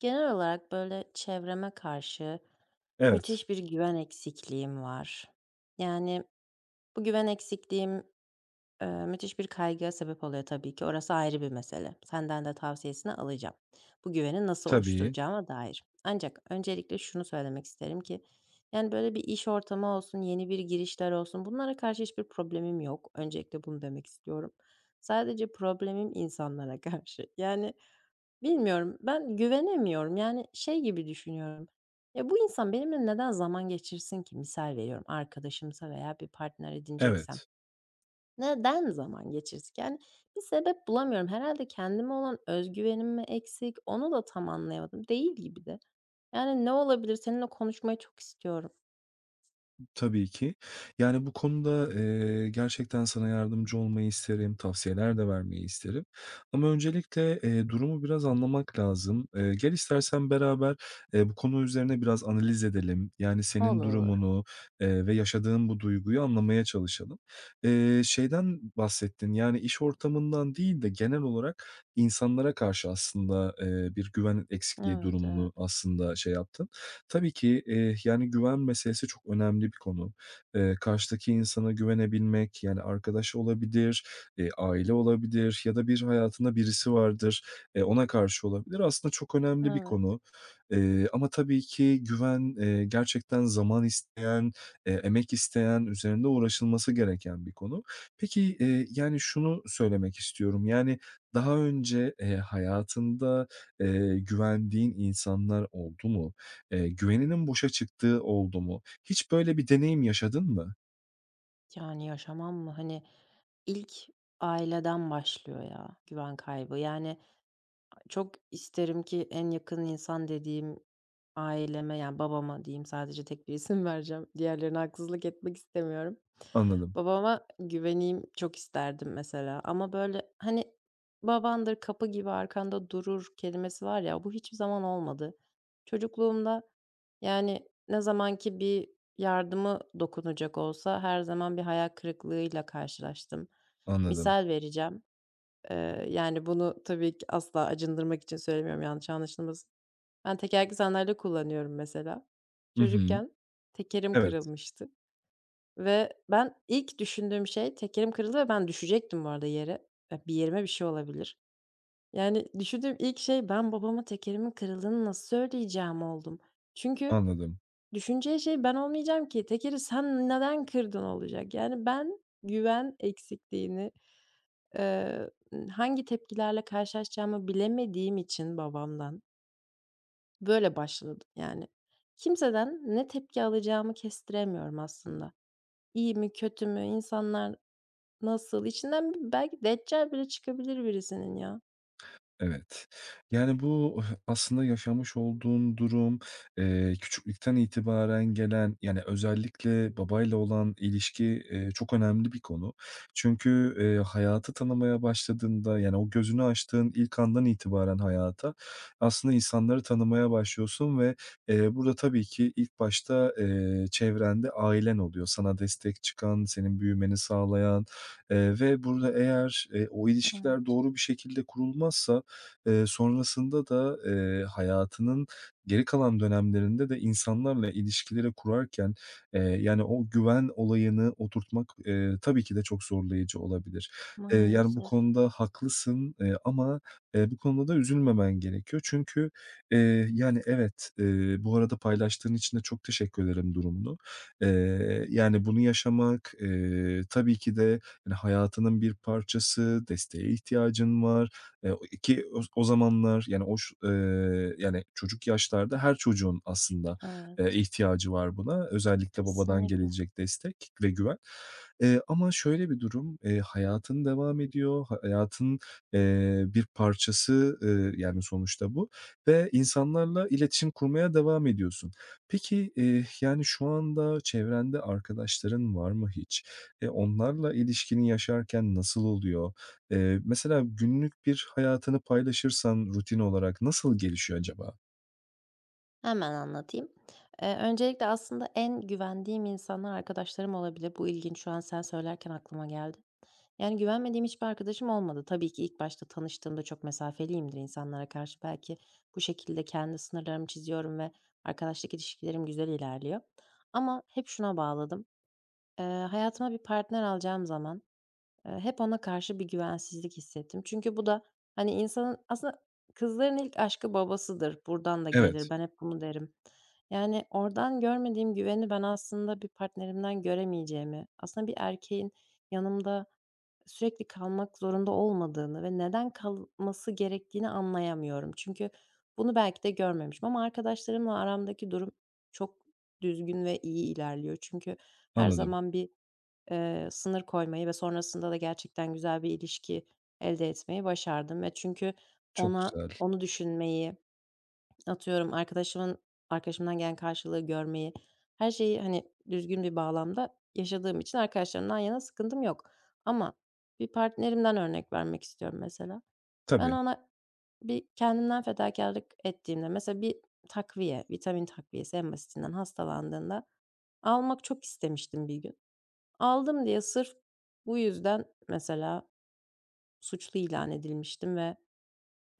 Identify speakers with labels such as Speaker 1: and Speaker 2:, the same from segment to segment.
Speaker 1: Genel olarak, böyle, çevreme karşı
Speaker 2: Evet,
Speaker 1: müthiş bir güven eksikliğim var. Yani, bu güven eksikliğim, müthiş bir kaygıya sebep oluyor tabii ki. Orası ayrı bir mesele. Senden de tavsiyesini alacağım. Bu güveni nasıl
Speaker 2: tabii.
Speaker 1: oluşturacağıma dair. Ancak öncelikle şunu söylemek isterim ki, yani, böyle, bir iş ortamı olsun, yeni bir girişler olsun, bunlara karşı hiçbir problemim yok. Öncelikle bunu demek istiyorum. Sadece problemim insanlara karşı. Yani, bilmiyorum, ben güvenemiyorum. Yani, şey gibi düşünüyorum, "Ya, bu insan benimle neden zaman geçirsin ki?" Misal veriyorum, arkadaşımsa veya bir partner edineceksem.
Speaker 2: Evet,
Speaker 1: Neden zaman geçirsin ki? Yani, bir sebep bulamıyorum. Herhalde kendime olan özgüvenim mi eksik, onu da tam anlayamadım. Değil gibi de. Yani, ne olabilir? Seninle konuşmayı çok istiyorum.
Speaker 2: tabii ki. Yani, bu konuda, gerçekten sana yardımcı olmayı isterim, tavsiyeler de vermeyi isterim ama öncelikle, durumu biraz anlamak lazım. Gel istersen beraber, bu konu üzerine biraz analiz edelim. Yani, senin
Speaker 1: Olur.
Speaker 2: durumunu, ve yaşadığın bu duyguyu anlamaya çalışalım. Şeyden bahsettin, yani, iş ortamından değil de genel olarak insanlara karşı aslında, bir güven eksikliği
Speaker 1: Evet,
Speaker 2: durumunu
Speaker 1: evet,
Speaker 2: aslında şey yaptın. Tabii ki, yani, güven meselesi çok önemli bir konu. Karşıdaki insana güvenebilmek, yani, arkadaş olabilir, aile olabilir ya da bir hayatında birisi vardır, ona karşı olabilir. Aslında çok önemli bir
Speaker 1: evet.
Speaker 2: konu. Ama tabii ki güven, gerçekten zaman isteyen, emek isteyen, üzerinde uğraşılması gereken bir konu. Peki, yani, şunu söylemek istiyorum, yani, daha önce, hayatında, güvendiğin insanlar oldu mu? Güveninin boşa çıktığı oldu mu? Hiç böyle bir deneyim yaşadın mı?
Speaker 1: Yani, yaşamam mı? Hani, ilk aileden başlıyor ya güven kaybı. Yani, çok isterim ki en yakın insan dediğim aileme, yani, babama diyeyim, sadece tek bir isim vereceğim, diğerlerine haksızlık etmek istemiyorum.
Speaker 2: Anladım,
Speaker 1: Babama güveneyim çok isterdim mesela ama, böyle, hani, "Babandır, kapı gibi arkanda durur." kelimesi var ya, bu hiçbir zaman olmadı. Çocukluğumda, yani, ne zamanki bir yardımı dokunacak olsa her zaman bir hayal kırıklığıyla karşılaştım.
Speaker 2: anladım.
Speaker 1: Misal vereceğim. Yani, bunu tabii ki asla acındırmak için söylemiyorum, yanlış anlaşılmasın. Ben tekerlekli sandalye kullanıyorum mesela.
Speaker 2: Hı hı.
Speaker 1: Çocukken tekerim
Speaker 2: Evet,
Speaker 1: kırılmıştı ve ben ilk düşündüğüm şey tekerim kırıldı ve ben düşecektim bu arada yere. Ya, bir yerime bir şey olabilir. Yani, düşündüğüm ilk şey ben babama tekerimin kırıldığını nasıl söyleyeceğim oldum. Çünkü
Speaker 2: anladım.
Speaker 1: düşüneceği şey ben olmayacağım ki tekeri sen neden kırdın olacak. Yani, ben güven eksikliğini Eee, hangi tepkilerle karşılaşacağımı bilemediğim için babamdan böyle başladım. Yani, kimseden ne tepki alacağımı kestiremiyorum aslında. İyi mi, kötü mü, insanlar nasıl? İçinden belki deccal bile çıkabilir birisinin ya.
Speaker 2: Evet. Yani bu aslında yaşamış olduğun durum, küçüklükten itibaren gelen, yani özellikle babayla olan ilişki, çok önemli bir konu. Çünkü, hayatı tanımaya başladığında, yani o gözünü açtığın ilk andan itibaren hayata, aslında insanları tanımaya başlıyorsun ve, burada tabii ki ilk başta, çevrende ailen oluyor. Sana destek çıkan, senin büyümeni sağlayan, ve burada eğer, o ilişkiler
Speaker 1: Evet,
Speaker 2: doğru bir şekilde kurulmazsa sonrasında da, hayatının geri kalan dönemlerinde de insanlarla ilişkileri kurarken, yani, o güven olayını oturtmak, tabii ki de çok zorlayıcı olabilir. Yani, bu
Speaker 1: maalesef.
Speaker 2: konuda haklısın, ama, bu konuda da üzülmemen gerekiyor. Çünkü, yani, evet, bu arada paylaştığın için de çok teşekkür ederim durumunu. Yani, bunu yaşamak, tabii ki de, hani, hayatının bir parçası, desteğe ihtiyacın var. O ki o zamanlar, yani, o ş yani, çocuk yaşlarda her çocuğun aslında,
Speaker 1: Evet,
Speaker 2: ihtiyacı var buna. Özellikle babadan
Speaker 1: kesinlikle.
Speaker 2: gelecek destek ve güven. Ama şöyle bir durum, hayatın devam ediyor. Ha hayatın, bir parçası, yani, sonuçta bu ve insanlarla iletişim kurmaya devam ediyorsun. Peki, yani, şu anda çevrende arkadaşların var mı hiç? Onlarla ilişkini yaşarken nasıl oluyor? Mesela günlük bir hayatını paylaşırsan rutin olarak nasıl gelişiyor acaba?
Speaker 1: Hemen anlatayım. Öncelikle aslında en güvendiğim insanlar arkadaşlarım olabilir. Bu ilginç, şu an sen söylerken aklıma geldi. Yani, güvenmediğim hiçbir arkadaşım olmadı. Tabii ki ilk başta tanıştığımda çok mesafeliyimdir insanlara karşı. Belki bu şekilde kendi sınırlarımı çiziyorum ve arkadaşlık ilişkilerim güzel ilerliyor. Ama hep şuna bağladım. Eee, Hayatıma bir partner alacağım zaman hep ona karşı bir güvensizlik hissettim. Çünkü bu da, hani, insanın aslında kızların ilk aşkı babasıdır. Buradan da
Speaker 2: Evet,
Speaker 1: gelir. Ben hep bunu derim. Yani, oradan görmediğim güveni ben aslında bir partnerimden göremeyeceğimi, aslında bir erkeğin yanımda sürekli kalmak zorunda olmadığını ve neden kalması gerektiğini anlayamıyorum. Çünkü bunu belki de görmemişim ama arkadaşlarımla aramdaki durum çok düzgün ve iyi ilerliyor. Çünkü her
Speaker 2: anladım.
Speaker 1: zaman bir sınır koymayı ve sonrasında da gerçekten güzel bir ilişki elde etmeyi başardım ve çünkü
Speaker 2: Çok
Speaker 1: ona
Speaker 2: güzel.
Speaker 1: onu düşünmeyi, atıyorum arkadaşımın arkadaşımdan gelen karşılığı görmeyi, her şeyi, hani, düzgün bir bağlamda yaşadığım için arkadaşlarımdan yana sıkıntım yok. Ama bir partnerimden örnek vermek istiyorum mesela. Ben
Speaker 2: Tabii,
Speaker 1: ona bir kendimden fedakarlık ettiğimde, mesela bir takviye, vitamin takviyesi en basitinden hastalandığında almak çok istemiştim bir gün. Aldım diye sırf bu yüzden mesela suçlu ilan edilmiştim ve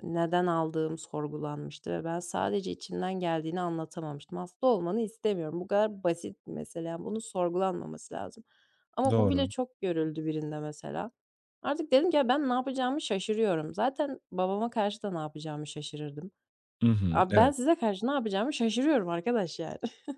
Speaker 1: neden aldığım sorgulanmıştı ve ben sadece içimden geldiğini anlatamamıştım. Hasta olmanı istemiyorum. Bu kadar basit bir mesele. Yani, bunun sorgulanmaması lazım. Ama bu bile
Speaker 2: doğru.
Speaker 1: çok görüldü birinde mesela. Artık dedim ki, "Ya, ben ne yapacağımı şaşırıyorum. Zaten babama karşı da ne yapacağımı şaşırırdım.
Speaker 2: Hı hı,
Speaker 1: Abi, ben
Speaker 2: evet.
Speaker 1: size karşı ne yapacağımı şaşırıyorum arkadaş yani."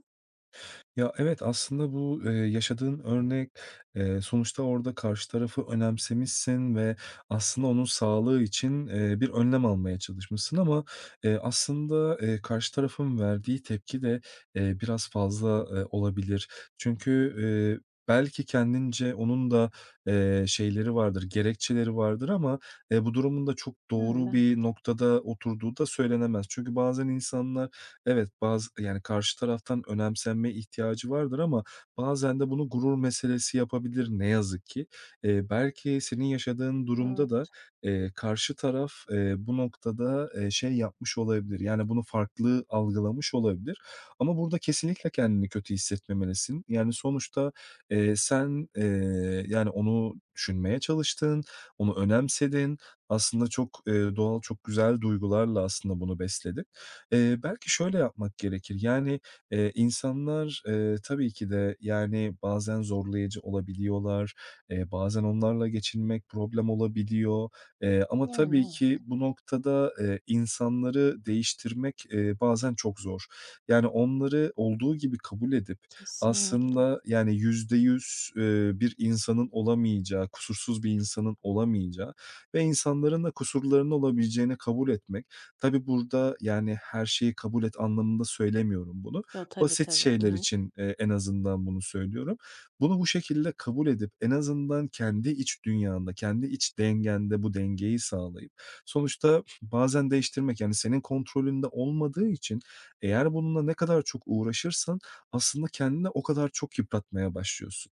Speaker 2: Ya, evet, aslında bu, yaşadığın örnek, sonuçta orada karşı tarafı önemsemişsin ve aslında onun sağlığı için, bir önlem almaya çalışmışsın ama, aslında, karşı tarafın verdiği tepki de, biraz fazla, olabilir. Çünkü, belki kendince onun da, şeyleri vardır, gerekçeleri vardır ama, bu durumun da çok
Speaker 1: Yani,
Speaker 2: doğru
Speaker 1: belki
Speaker 2: bir
Speaker 1: de.
Speaker 2: noktada oturduğu da söylenemez. Çünkü bazen insanlar Evet, bazı yani karşı taraftan önemsenme ihtiyacı vardır ama bazen de bunu gurur meselesi yapabilir ne yazık ki. Belki senin yaşadığın durumda da,
Speaker 1: Evet.
Speaker 2: karşı taraf, bu noktada, şey yapmış olabilir, yani bunu farklı algılamış olabilir ama burada kesinlikle kendini kötü hissetmemelisin. Yani sonuçta, sen, yani onu düşünmeye çalıştın, onu önemsedin. Aslında çok, doğal, çok güzel duygularla aslında bunu besledin. Belki şöyle yapmak gerekir, yani, insanlar, tabii ki de, yani, bazen zorlayıcı olabiliyorlar, bazen onlarla geçinmek problem olabiliyor, ama
Speaker 1: Yani,
Speaker 2: tabii ki
Speaker 1: evet.
Speaker 2: bu noktada, insanları değiştirmek, bazen çok zor. Yani, onları olduğu gibi kabul edip
Speaker 1: Kesinlikle.
Speaker 2: aslında, yani, %100, bir insanın olamayacağı, kusursuz bir insanın olamayacağı ve insanların da kusurlarının olabileceğini kabul etmek. Tabii burada, yani, her şeyi kabul et anlamında söylemiyorum bunu.
Speaker 1: Yo, tabii
Speaker 2: Basit
Speaker 1: tabii. Hı
Speaker 2: şeyler
Speaker 1: hı.
Speaker 2: için, en azından bunu söylüyorum. Bunu bu şekilde kabul edip en azından kendi iç dünyanda, kendi iç dengende bu dengeyi sağlayıp sonuçta bazen değiştirmek, yani, senin kontrolünde olmadığı için eğer bununla ne kadar çok uğraşırsan aslında kendini o kadar çok yıpratmaya başlıyorsun.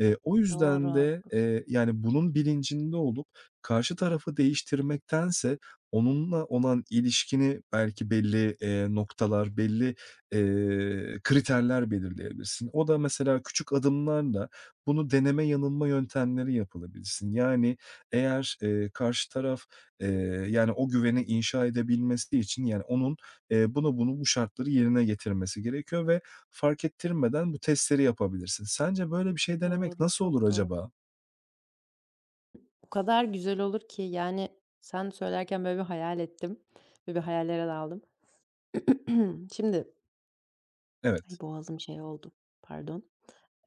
Speaker 2: O
Speaker 1: Doğru,
Speaker 2: yüzden de,
Speaker 1: haklısın.
Speaker 2: yani, bunun bilincinde olup karşı tarafı değiştirmektense onunla olan ilişkini belki belli, noktalar, belli, kriterler belirleyebilirsin. O da mesela küçük adımlarla bunu deneme yanılma yöntemleri yapılabilsin. Yani, eğer, karşı taraf, eee, yani, o güveni inşa edebilmesi için, yani, onun, bunu, bu şartları yerine getirmesi gerekiyor ve fark ettirmeden bu testleri yapabilirsin. Sence böyle bir şey denemek
Speaker 1: Doğru,
Speaker 2: nasıl olur
Speaker 1: çok doğru.
Speaker 2: acaba?
Speaker 1: O kadar güzel olur ki, yani, sen söylerken böyle bir hayal ettim ve bir hayallere daldım. Şimdi,
Speaker 2: Evet,
Speaker 1: ay, boğazım şey oldu, pardon.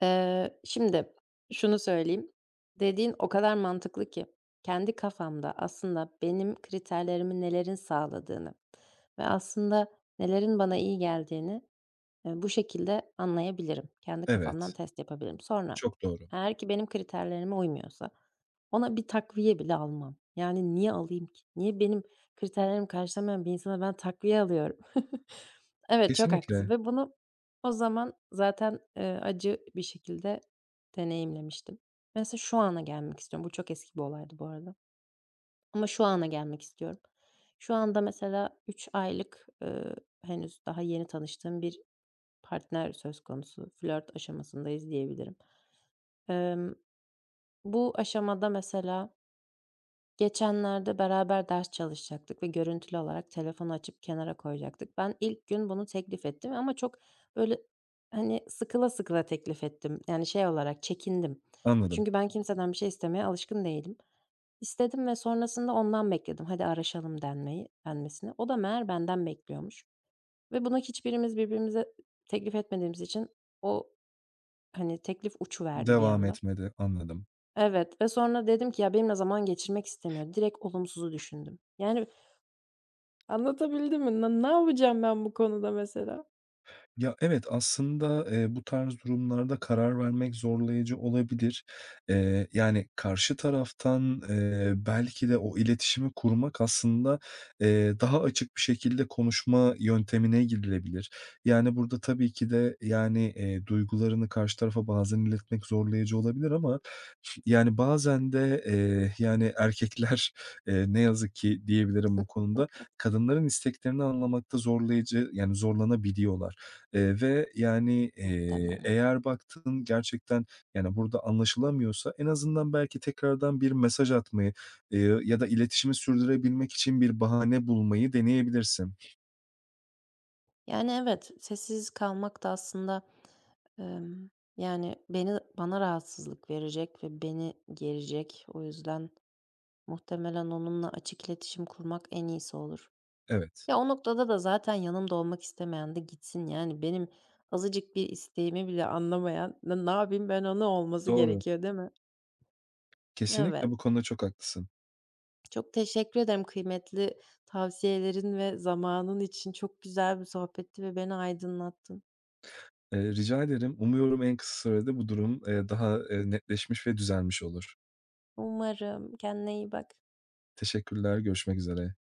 Speaker 1: Şimdi şunu söyleyeyim, dediğin o kadar mantıklı ki kendi kafamda aslında benim kriterlerimi nelerin sağladığını ve aslında nelerin bana iyi geldiğini bu şekilde anlayabilirim. Kendi
Speaker 2: evet.
Speaker 1: kafamdan test yapabilirim. Sonra
Speaker 2: Çok doğru.
Speaker 1: eğer ki benim kriterlerime uymuyorsa ona bir takviye bile almam. Yani, niye alayım ki? Niye benim kriterlerimi karşılamayan bir insana ben takviye alıyorum? Evet, çok haklısın
Speaker 2: Kesinlikle.
Speaker 1: ve bunu o zaman zaten, acı bir şekilde deneyimlemiştim. Mesela şu ana gelmek istiyorum. Bu çok eski bir olaydı bu arada ama şu ana gelmek istiyorum. Şu anda mesela 3 aylık, henüz daha yeni tanıştığım bir partner söz konusu, flört aşamasındayız diyebilirim. Emm, Bu aşamada mesela geçenlerde beraber ders çalışacaktık ve görüntülü olarak telefonu açıp kenara koyacaktık. Ben ilk gün bunu teklif ettim ama çok böyle, hani, sıkıla sıkıla teklif ettim. Yani, şey olarak çekindim.
Speaker 2: Anladım.
Speaker 1: Çünkü ben kimseden bir şey istemeye alışkın değilim. İstedim ve sonrasında ondan bekledim, "Hadi araşalım." denmesini. O da meğer benden bekliyormuş ve bunu hiçbirimiz birbirimize teklif etmediğimiz için o, hani, teklif uçuverdi bir
Speaker 2: Devam
Speaker 1: anda.
Speaker 2: etmedi. Anladım.
Speaker 1: Evet ve sonra dedim ki, "Ya, benimle zaman geçirmek istemiyor." Direkt olumsuzu düşündüm. Yani, anlatabildim mi? Ne yapacağım ben bu konuda mesela?
Speaker 2: Ya, evet, aslında, bu tarz durumlarda karar vermek zorlayıcı olabilir. Yani, karşı taraftan, belki de o iletişimi kurmak aslında, daha açık bir şekilde konuşma yöntemine gidilebilir. Yani, burada tabii ki de, yani, duygularını karşı tarafa bazen iletmek zorlayıcı olabilir ama, yani, bazen de, yani, erkekler, ne yazık ki diyebilirim bu konuda, kadınların isteklerini anlamakta zorlayıcı, yani, zorlanabiliyorlar. Ve yani,
Speaker 1: Muhtemelen.
Speaker 2: eğer baktın gerçekten, yani, burada anlaşılamıyorsa en azından belki tekrardan bir mesaj atmayı, ya da iletişimi sürdürebilmek için bir bahane bulmayı deneyebilirsin.
Speaker 1: Yani, evet, sessiz kalmak da aslında, emm, yani, beni bana rahatsızlık verecek ve beni gerecek. O yüzden muhtemelen onunla açık iletişim kurmak en iyisi olur.
Speaker 2: Evet,
Speaker 1: Ya, o noktada da zaten yanımda olmak istemeyen de gitsin. Yani, benim azıcık bir isteğimi bile anlamayan, "Ne yapayım ben onu?" olması
Speaker 2: doğru.
Speaker 1: gerekiyor, değil mi?
Speaker 2: Kesinlikle
Speaker 1: Evet.
Speaker 2: bu konuda çok haklısın.
Speaker 1: Çok teşekkür ederim kıymetli tavsiyelerin ve zamanın için. Çok güzel bir sohbetti ve beni aydınlattın.
Speaker 2: Rica ederim. Umuyorum en kısa sürede bu durum, daha, netleşmiş ve düzelmiş olur.
Speaker 1: Umarım. Kendine iyi bak.
Speaker 2: Teşekkürler, görüşmek üzere.